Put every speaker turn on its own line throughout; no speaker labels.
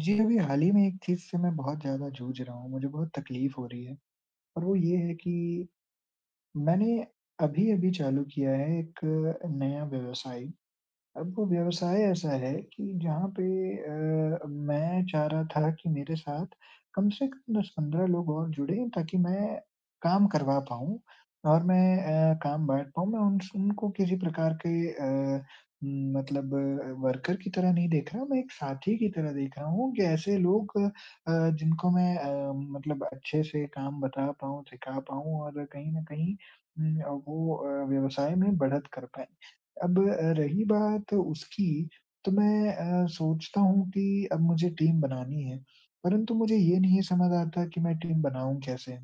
जी, अभी हाल ही में एक चीज़ से मैं बहुत ज़्यादा जूझ रहा हूँ, मुझे बहुत तकलीफ़ हो रही है और वो ये है कि मैंने अभी-अभी चालू किया है एक नया व्यवसाय। अब वो व्यवसाय ऐसा है कि जहाँ पे मैं चाह रहा था कि मेरे साथ कम से कम 10-15 लोग और जुड़ें ताकि मैं काम करवा पाऊँ और मैं काम बाँट पाऊँ। मैं उन उनको किसी प्रकार के अ, मतलब वर्कर की तरह नहीं देख रहा, मैं एक साथी की तरह देख रहा हूँ कि ऐसे लोग जिनको मैं मतलब अच्छे से काम बता पाऊँ, सिखा पाऊँ और कहीं न कहीं उम, वो व्यवसाय में बढ़त कर पाएँ। अब रही बात उसकी, तो मैं सोचता हूँ कि अब मुझे टीम बनानी है, परंतु मुझे ये नहीं समझ आता कि मैं टीम बनाऊँ कैसे?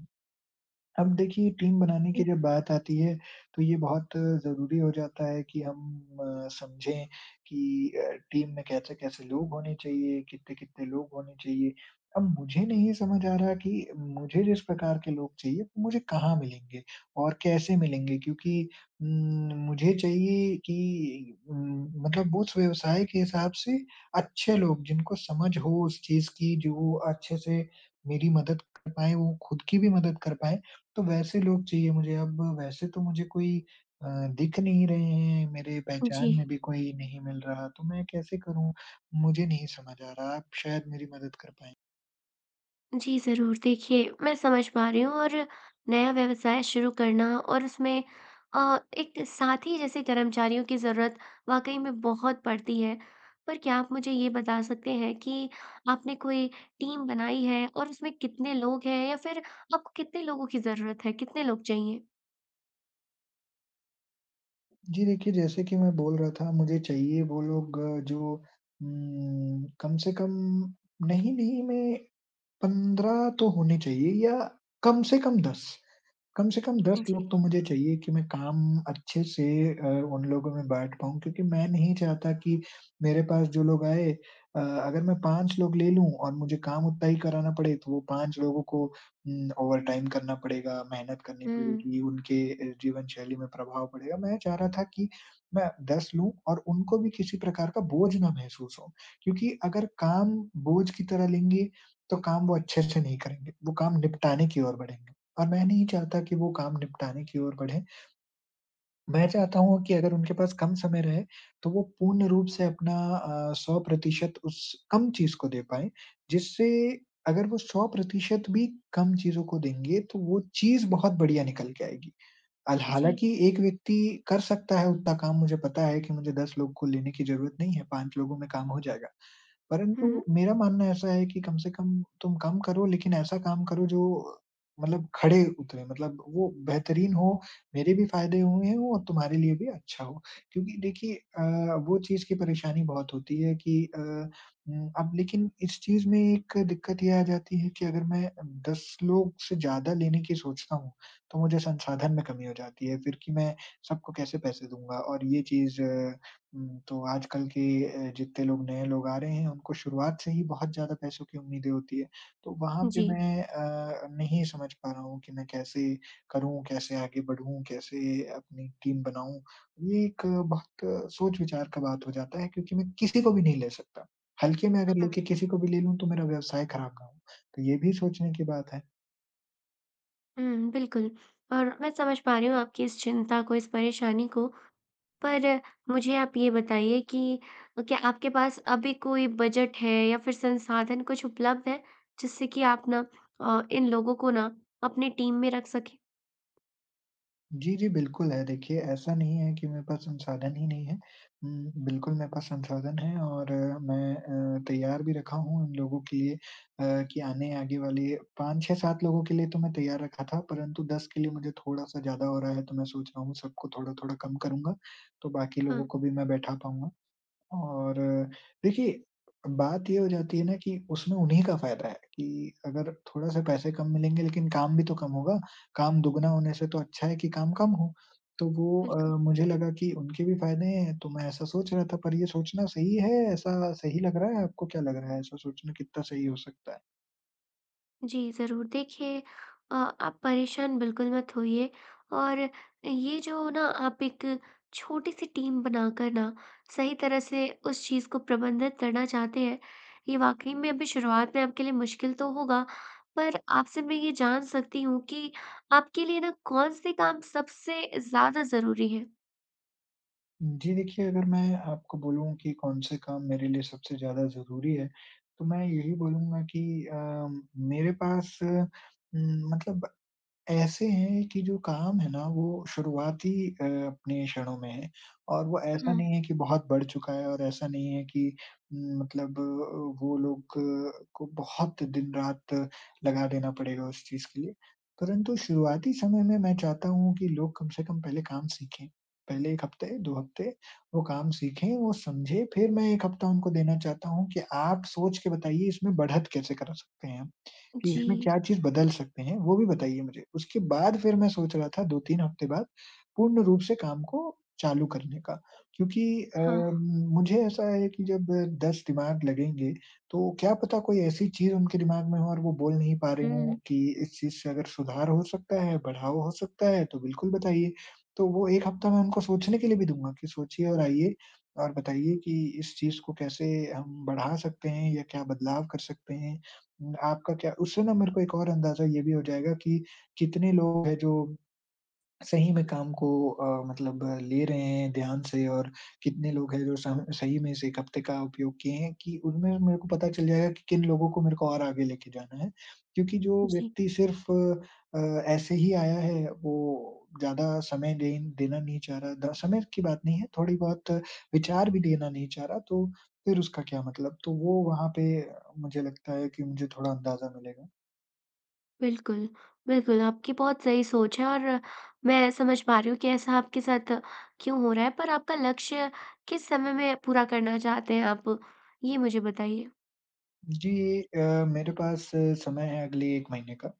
अब देखिए टीम बनाने की जब बात आती है, तो ये बहुत ज़रूरी हो जाता है कि हम समझें कि टीम में कैसे-कैसे लोग होने चाहिए, कितने-कितने लोग होने चाहिए। अब मुझे नहीं समझ आ रहा कि मुझे जिस प्रकार के लोग चाहिए, वो मुझे कहाँ मिलेंगे और कैसे मिलेंगे? क्योंकि मुझे चाहिए कि मतलब उस व्यवसाय के हिसाब से अच्छे लोग, जिनको समझ हो उस चीज़ की, जो अच्छे से मेरी मदद कर पाएँ, वो खुद की भी मदद कर पाएँ। तो वैसे लोग चाहिए मुझे। अब वैसे तो मुझे कोई अ, दिख नहीं रहे हैं, मेरे पहचान
जी,
में भी कोई नहीं मिल रहा, तो मैं कैसे करूँ? मुझे नहीं समझ आ रहा, आप शायद मेरी मदद कर पाएँ।
जी ज़रूर। देखिए, मैं समझ पा रही हूँ और नया व्यवसाय शुरू करना और उसमें एक साथी जैसे कर्मचारियों की ज़रूरत वाक़ई में बहुत पड़ती है। पर क्या आप मुझे ये बता सकते हैं कि आपने कोई टीम बनाई है और उसमें कितने लोग हैं या फिर आपको कितने लोगों की ज़रूरत है? कितने लोग चाहिए?
जी देखिए, जैसे कि मैं बोल रहा था मुझे चाहिए वो लोग जो कम से कम नहीं-नहीं में 15 तो होने चाहिए या कम से कम 10। कम से कम 10
हाँ जी।
लोग तो मुझे चाहिए कि मैं काम अच्छे से अ, उन लोगों में बाँट पाऊँ क्योंकि मैं नहीं चाहता कि मेरे पास जो लोग आए अगर मैं 5 लोग ले लूँ और मुझे काम उतना ही कराना पड़े, तो वो 5 लोगों को ओवरटाइम करना पड़ेगा, मेहनत करनी
हुँ,
पड़ेगी, उनके जीवन शैली में प्रभाव पड़ेगा। मैं चाह रहा था कि मैं 10 लूँ और उनको भी किसी प्रकार का बोझ ना महसूस हो, क्योंकि अगर काम बोझ की तरह लेंगे, तो काम वो अच्छे से नहीं करेंगे, वो काम निपटाने की ओर बढ़ेंगे। और मैं नहीं चाहता कि वो काम निपटाने की ओर बढ़ें। मैं चाहता हूँ कि अगर उनके पास कम समय रहे, तो वो पूर्ण रूप से अपना 100% उस कम चीज़ को दे पाएँ, जिससे अगर वो 100% भी कम चीज़ों को देंगे, तो वो चीज़ बहुत बढ़िया निकल के आएगी। अल
जी।
हालाँकि एक व्यक्ति कर सकता है उतना काम, मुझे पता है कि मुझे 10 लोग को लेने की ज़रूरत नहीं है, 5 लोगों में काम हो जाएगा।
हुँ,
परंतु मेरा मानना ऐसा है कि कम से कम तुम कम करो लेकिन ऐसा काम करो जो मतलब खड़े उतरे, मतलब वो बेहतरीन हो, मेरे भी फ़ायदे हुए हों और तुम्हारे लिए भी अच्छा हो। क्योंकि देखिए वो चीज़ की परेशानी बहुत होती है कि अब लेकिन इस चीज़ में एक दिक्कत ये आ जाती है कि अगर मैं 10 लोग से ज़्यादा लेने की सोचता हूँ तो मुझे संसाधन में कमी हो जाती है फिर कि मैं सबको कैसे पैसे दूँगा और ये चीज़ तो आजकल के जितने लोग नए लोग आ रहे हैं, उनको शुरुआत से ही बहुत ज़्यादा पैसों की उम्मीदें होती है। तो वहाँ
हुँ।
पे
जी।
मैं नहीं समझ पा रहा हूँ कि मैं कैसे करूँ, कैसे आगे बढ़ूँ, कैसे अपनी टीम बनाऊँ? ये एक बहुत सोच-विचार का बात हो जाता है क्योंकि मैं किसी को भी नहीं ले सकता। हल्के में अगर लेके किसी को भी ले लूँ, तो मेरा व्यवसाय खराब ना हो। तो ये भी सोचने की बात है।
हुँ, बिल्कुल, और मैं समझ पा रही हूँ आपकी इस चिंता को, इस परेशानी को। पर मुझे आप ये बताइए कि क्या आपके पास अभी कोई बजट है या फिर संसाधन कुछ उपलब्ध है, जिससे कि आप ना इन लोगों को ना अपनी टीम में रख सकें?
जी, जी, बिल्कुल है। देखिए, ऐसा नहीं है कि मेरे पास संसाधन ही नहीं है। बिल्कुल मेरे पास संसाधन है और मैं तैयार भी रखा हूँ उन लोगों के लिए कि आने आगे वाले 5, 6, 7 लोगों के लिए तो मैं तैयार रखा था, परंतु 10 के लिए मुझे थोड़ा-सा ज़्यादा हो रहा है, तो मैं सोच रहा हूँ सबको थोड़ा-थोड़ा कम करूँगा, तो बाकी
हाँ,
लोगों को भी मैं बैठा पाऊँगा। और देखिए, बात ये हो जाती है ना कि उसमें उन्हीं का फ़ायदा है कि अगर थोड़ा-सा पैसे कम मिलेंगे लेकिन काम भी तो कम होगा। काम दुगना होने से तो अच्छा है कि काम कम हो। तो वो
बिल्कुल।
मुझे लगा कि उनके भी फ़ायदे हैं, तो मैं ऐसा सोच रहा था पर ये सोचना सही है? ऐसा सही लग रहा है? आपको क्या लग रहा है ऐसा सोचना कितना सही हो सकता है?
जी, ज़रूर। देखिए, आप परेशान बिल्कुल मत होइए और ये जो ना आप एक छोटी-सी टीम बनाकर ना सही तरह से उस चीज़ को प्रबंधित करना चाहते हैं, ये वाक़ई में अभी शुरुआत में आपके लिए मुश्किल तो होगा। पर आपसे मैं ये जान सकती हूँ कि आपके लिए ना कौन-से काम सबसे ज़्यादा ज़रूरी हैं?
जी देखिए, अगर मैं आपको बोलूँ कि कौन-से काम मेरे लिए सबसे ज़्यादा ज़रूरी है, तो मैं यही बोलूँगा कि मेरे पास मतलब ऐसे हैं कि जो काम है ना वो शुरुआती अपने क्षणों में है और वो ऐसा
हाँ।
नहीं है कि बहुत बढ़ चुका है और ऐसा नहीं है कि मतलब वो लोग को बहुत दिन-रात लगा देना पड़ेगा उस चीज़ के लिए। परंतु शुरुआती समय में मैं चाहता हूँ कि लोग कम से कम पहले काम सीखें। पहले 1 हफ्ते, 2 हफ्ते वो काम सीखें, वो समझें, फिर मैं 1 हफ्ता उनको देना चाहता हूँ कि आप सोच के बताइए इसमें बढ़त कैसे कर सकते हैं हम? कि इसमें
जी,
क्या चीज़ बदल सकते हैं, वो भी बताइए मुझे। उसके बाद फिर मैं सोच रहा था 2-3 हफ्ते बाद पूर्ण रूप से काम को चालू करने का, क्योंकि
हाँ।
मुझे ऐसा है कि जब 10 दिमाग लगेंगे, तो क्या पता कोई ऐसी चीज़ उनके दिमाग में हो और वो बोल नहीं पा रहे हों
हुँ,
कि इस चीज़ से अगर सुधार हो सकता है, बढ़ाव हो सकता है, तो बिल्कुल बताइए। तो वो 1 हफ्ता मैं उनको सोचने के लिए भी दूँगा कि सोचिए और आइए और बताइए कि इस चीज़ को कैसे हम बढ़ा सकते हैं या क्या बदलाव कर सकते हैं आपका क्या। उससे ना मेरे को एक और अंदाजा ये भी हो जाएगा कि कितने लोग हैं जो सही में काम को मतलब ले रहे हैं ध्यान से और कितने लोग हैं जो सम सही में इस 1 हफ्ते का उपयोग किए हैं कि उनमें मेरे को पता चल जाएगा कि किन लोगों को मेरे को और आगे लेके जाना है। क्योंकि जो
जी।
व्यक्ति सिर्फ़ ऐसे ही आया है वो ज़्यादा समय देना नहीं चाह रहा, द समय की बात नहीं है, थोड़ी बहुत विचार भी देना नहीं चाह रहा तो फिर उसका क्या मतलब? तो वो वहाँ पे मुझे लगता है कि मुझे थोड़ा अंदाज़ा मिलेगा।
बिल्कुल, बिल्कुल, आपकी बहुत सही सोच है और मैं समझ पा रही हूँ कि ऐसा आपके साथ क्यों हो रहा है, पर आपका लक्ष्य किस समय में पूरा करना चाहते हैं आप? ये मुझे बताइए।
जी मेरे पास समय है अगले 1 महीने का।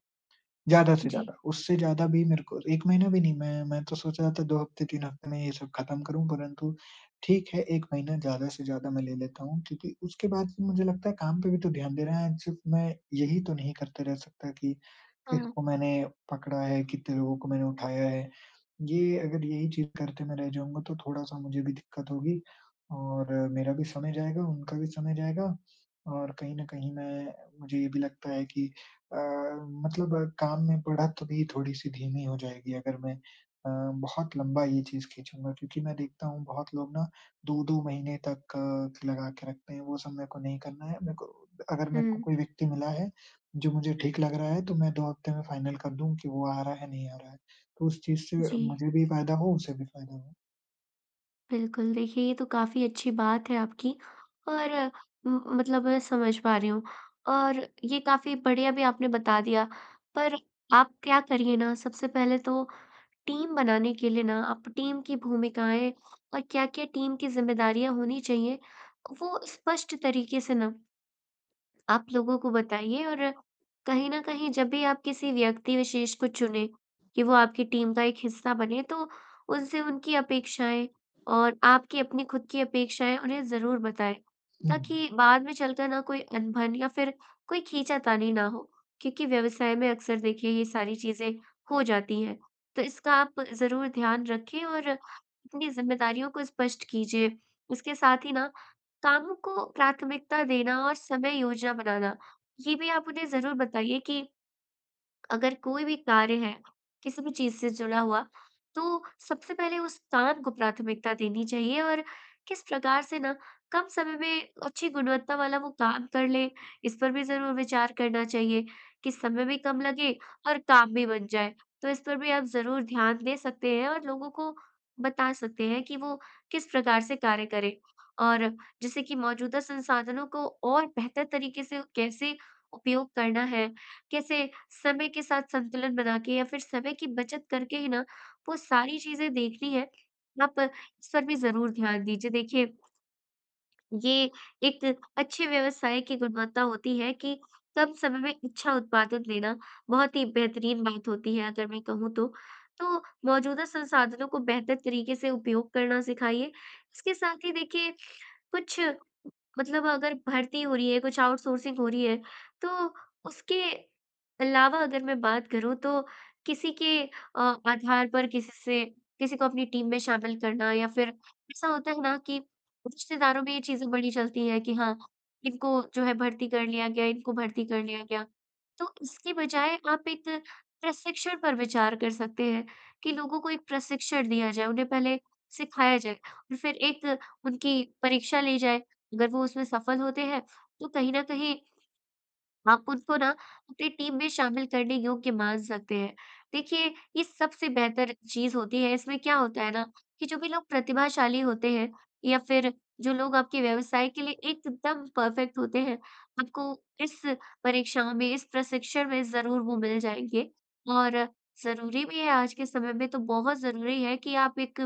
ज़्यादा से
जी।
ज़्यादा, उससे ज़्यादा भी मेरे को 1 महीना भी नहीं, मैं तो सोच रहा था 2 हफ्ते, 3 हफ्ते में ये सब खत्म करूँ, परंतु ठीक है 1 महीना ज़्यादा से ज़्यादा मैं ले लेता हूँ क्योंकि उसके बाद फिर मुझे लगता है काम पे भी तो ध्यान देना है, सिर्फ मैं यही तो नहीं करते रह सकता कि
हाँ।
किसको मैंने पकड़ा है, कितने लोगों को मैंने उठाया है। ये अगर यही चीज़ करते मैं रह जाऊँगा तो थोड़ा-सा मुझे भी दिक्कत होगी और मेरा भी समय जाएगा, उनका भी समय जाएगा और कहीं न कहीं मैं मुझे ये भी लगता है कि मतलब काम में बढ़त भी थोड़ी-सी धीमी हो जाएगी अगर मैं बहुत लंबा ये चीज़ खींचूँगा क्योंकि मैं देखता हूँ बहुत लोग ना 2-2 महीने तक लगा के रखते हैं, वो सब मेरे को नहीं करना है। मेरे को अगर मेरे को
हुँ,
कोई व्यक्ति मिला है, जो मुझे ठीक लग रहा है तो मैं 2 हफ्ते में फाइनल कर दूँ कि वो आ रहा है, नहीं आ रहा है। तो उस चीज़ से
जी,
मुझे भी फ़ायदा हो, उसे भी फ़ायदा हो।
बिल्कुल, देखिए, ये तो काफ़ी अच्छी बात है आपकी और अ, म मतलब मैं समझ पा रही हूँ और ये काफ़ी बढ़िया भी आपने बता दिया, पर आप क्या करिए ना सबसे पहले तो टीम बनाने के लिए ना आप टीम की भूमिकाएँ और क्या-क्या टीम की ज़िम्मेदारियाँ होनी चाहिए, वो स्पष्ट तरीके से ना आप लोगों को बताइए और कहीं न कहीं जब भी आप किसी व्यक्ति विशेष को चुनें कि वो आपकी टीम का एक हिस्सा बने, तो उनसे उनकी अपेक्षाएँ और आपकी अपनी खुद की अपेक्षाएँ उन्हें ज़रूर बताएँ,
हुँ।
ताकि बाद में चलकर ना कोई अनबन या फिर कोई खींचातानी ना हो। क्योंकि व्यवसाय में अक्सर देखिए, ये सारी चीज़ें हो जाती हैं। तो इसका आप ज़रूर ध्यान रखें और अपनी ज़िम्मेदारियों को स्पष्ट कीजिए। इसके साथ ही ना कामों को प्राथमिकता देना और समय योजना बनाना, ये भी आप मुझे ज़रूर बताइए कि अगर कोई भी कार्य है, किसी भी चीज़ से जुड़ा हुआ, तो सबसे पहले उस काम को प्राथमिकता देनी चाहिए और किस प्रकार से ना कम समय में अच्छी गुणवत्ता वाला वो काम कर लें, इस पर भी ज़रूर विचार करना चाहिए कि समय भी कम लगे और काम भी बन जाए। तो इस पर भी आप ज़रूर ध्यान दे सकते हैं और लोगों को बता सकते हैं कि वो किस प्रकार से कार्य करें। और जैसे कि मौजूदा संसाधनों को और बेहतर तरीके से कैसे उपयोग करना है, कैसे समय के साथ संतुलन बना के या फिर समय की बचत करके ही ना वो सारी चीज़ें देखनी है। आप इस पर भी ज़रूर ध्यान दीजिए। देखिए, ये एक अच्छे व्यवसाय की गुणवत्ता होती है कि कम समय में अच्छा उत्पादन देना बहुत ही बेहतरीन बात होती है, अगर मैं कहूँ तो। तो मौजूदा संसाधनों को बेहतर तरीके से उपयोग करना सिखाइए। इसके साथ ही देखिए, कुछ मतलब अगर भर्ती हो रही है, कुछ आउटसोर्सिंग हो रही है, तो उसके अलावा अगर मैं बात करूँ तो किसी के आधार पर किसी से किसी को अपनी टीम में शामिल करना या फिर ऐसा होता है ना कि रिश्तेदारों में ये चीज़ें बड़ी चलती हैं कि हाँ, इनको जो है भर्ती कर लिया गया, इनको भर्ती कर लिया गया। तो इसके बजाय आप एक प्रशिक्षण पर विचार कर सकते हैं कि लोगों को एक प्रशिक्षण दिया जाए, उन्हें पहले सिखाया जाए और फिर एक उनकी परीक्षा ली जाए। अगर वो उसमें सफल होते हैं, तो कहीं न कहीं आप उनको ना अपनी टीम में शामिल करने योग्य मान सकते हैं। देखिए, ये सबसे बेहतर चीज़ होती है। इसमें क्या होता है ना कि जो भी लोग प्रतिभाशाली होते हैं या फिर जो लोग आपके व्यवसाय के लिए एकदम परफेक्ट होते हैं, आपको इस परीक्षाओं में, इस प्रशिक्षण में ज़रूर वो मिल जाएँगे। और ज़रूरी भी है, आज के समय में तो बहुत ज़रूरी है कि आप एक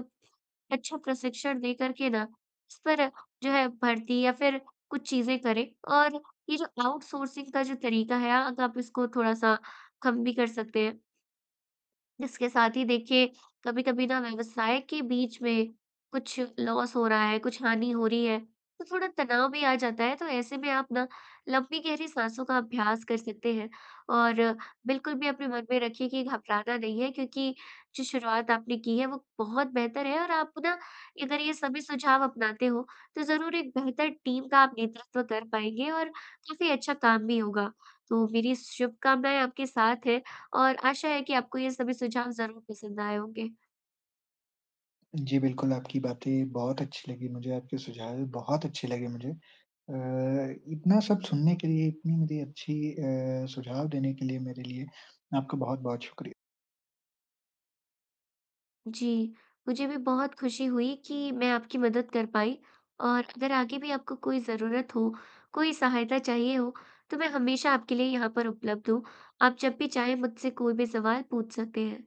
अच्छा प्रशिक्षण दे करके ना इस पर जो है भर्ती या फिर कुछ चीज़ें करें। और ये जो आउटसोर्सिंग का जो तरीका है, अग आप इसको थोड़ा-सा कम भी कर सकते हैं। इसके साथ ही देखिए, कभी-कभी ना व्यवसाय के बीच में कुछ लॉस हो रहा है, कुछ हानि हो रही है, तो थोड़ा तनाव भी आ जाता है। तो ऐसे में आप ना लंबी गहरी साँसों का अभ्यास कर सकते हैं और बिल्कुल भी अपने मन में रखिए कि घबराना नहीं है, क्योंकि जो शुरुआत आपने की है वो बहुत बेहतर है और आप ना अगर ये सभी सुझाव अपनाते हो, तो ज़रूर एक बेहतर टीम का आप नेतृत्व कर पाएँगे और काफ़ी अच्छा काम भी होगा। तो मेरी शुभकामनाएँ आपके साथ हैं। और आशा है कि आपको ये सभी सुझाव ज़रूर पसंद आए होंगे।
जी, बिल्कुल आपकी बातें बहुत अच्छी लगी मुझे, आपके सुझाव बहुत अच्छे लगे मुझे। अ, इतना सब सुनने के लिए, इतनी मेरी अच्छी सुझाव देने के लिए मेरे लिए आपका बहुत-बहुत शुक्रिया।
जी, मुझे भी बहुत खुशी हुई कि मैं आपकी मदद कर पाई और अगर आगे भी आपको कोई ज़रूरत हो, कोई सहायता चाहिए हो, तो मैं हमेशा आपके लिए यहाँ पर उपलब्ध हूँ। आप जब भी चाहें मुझसे कोई भी सवाल पूछ सकते हैं।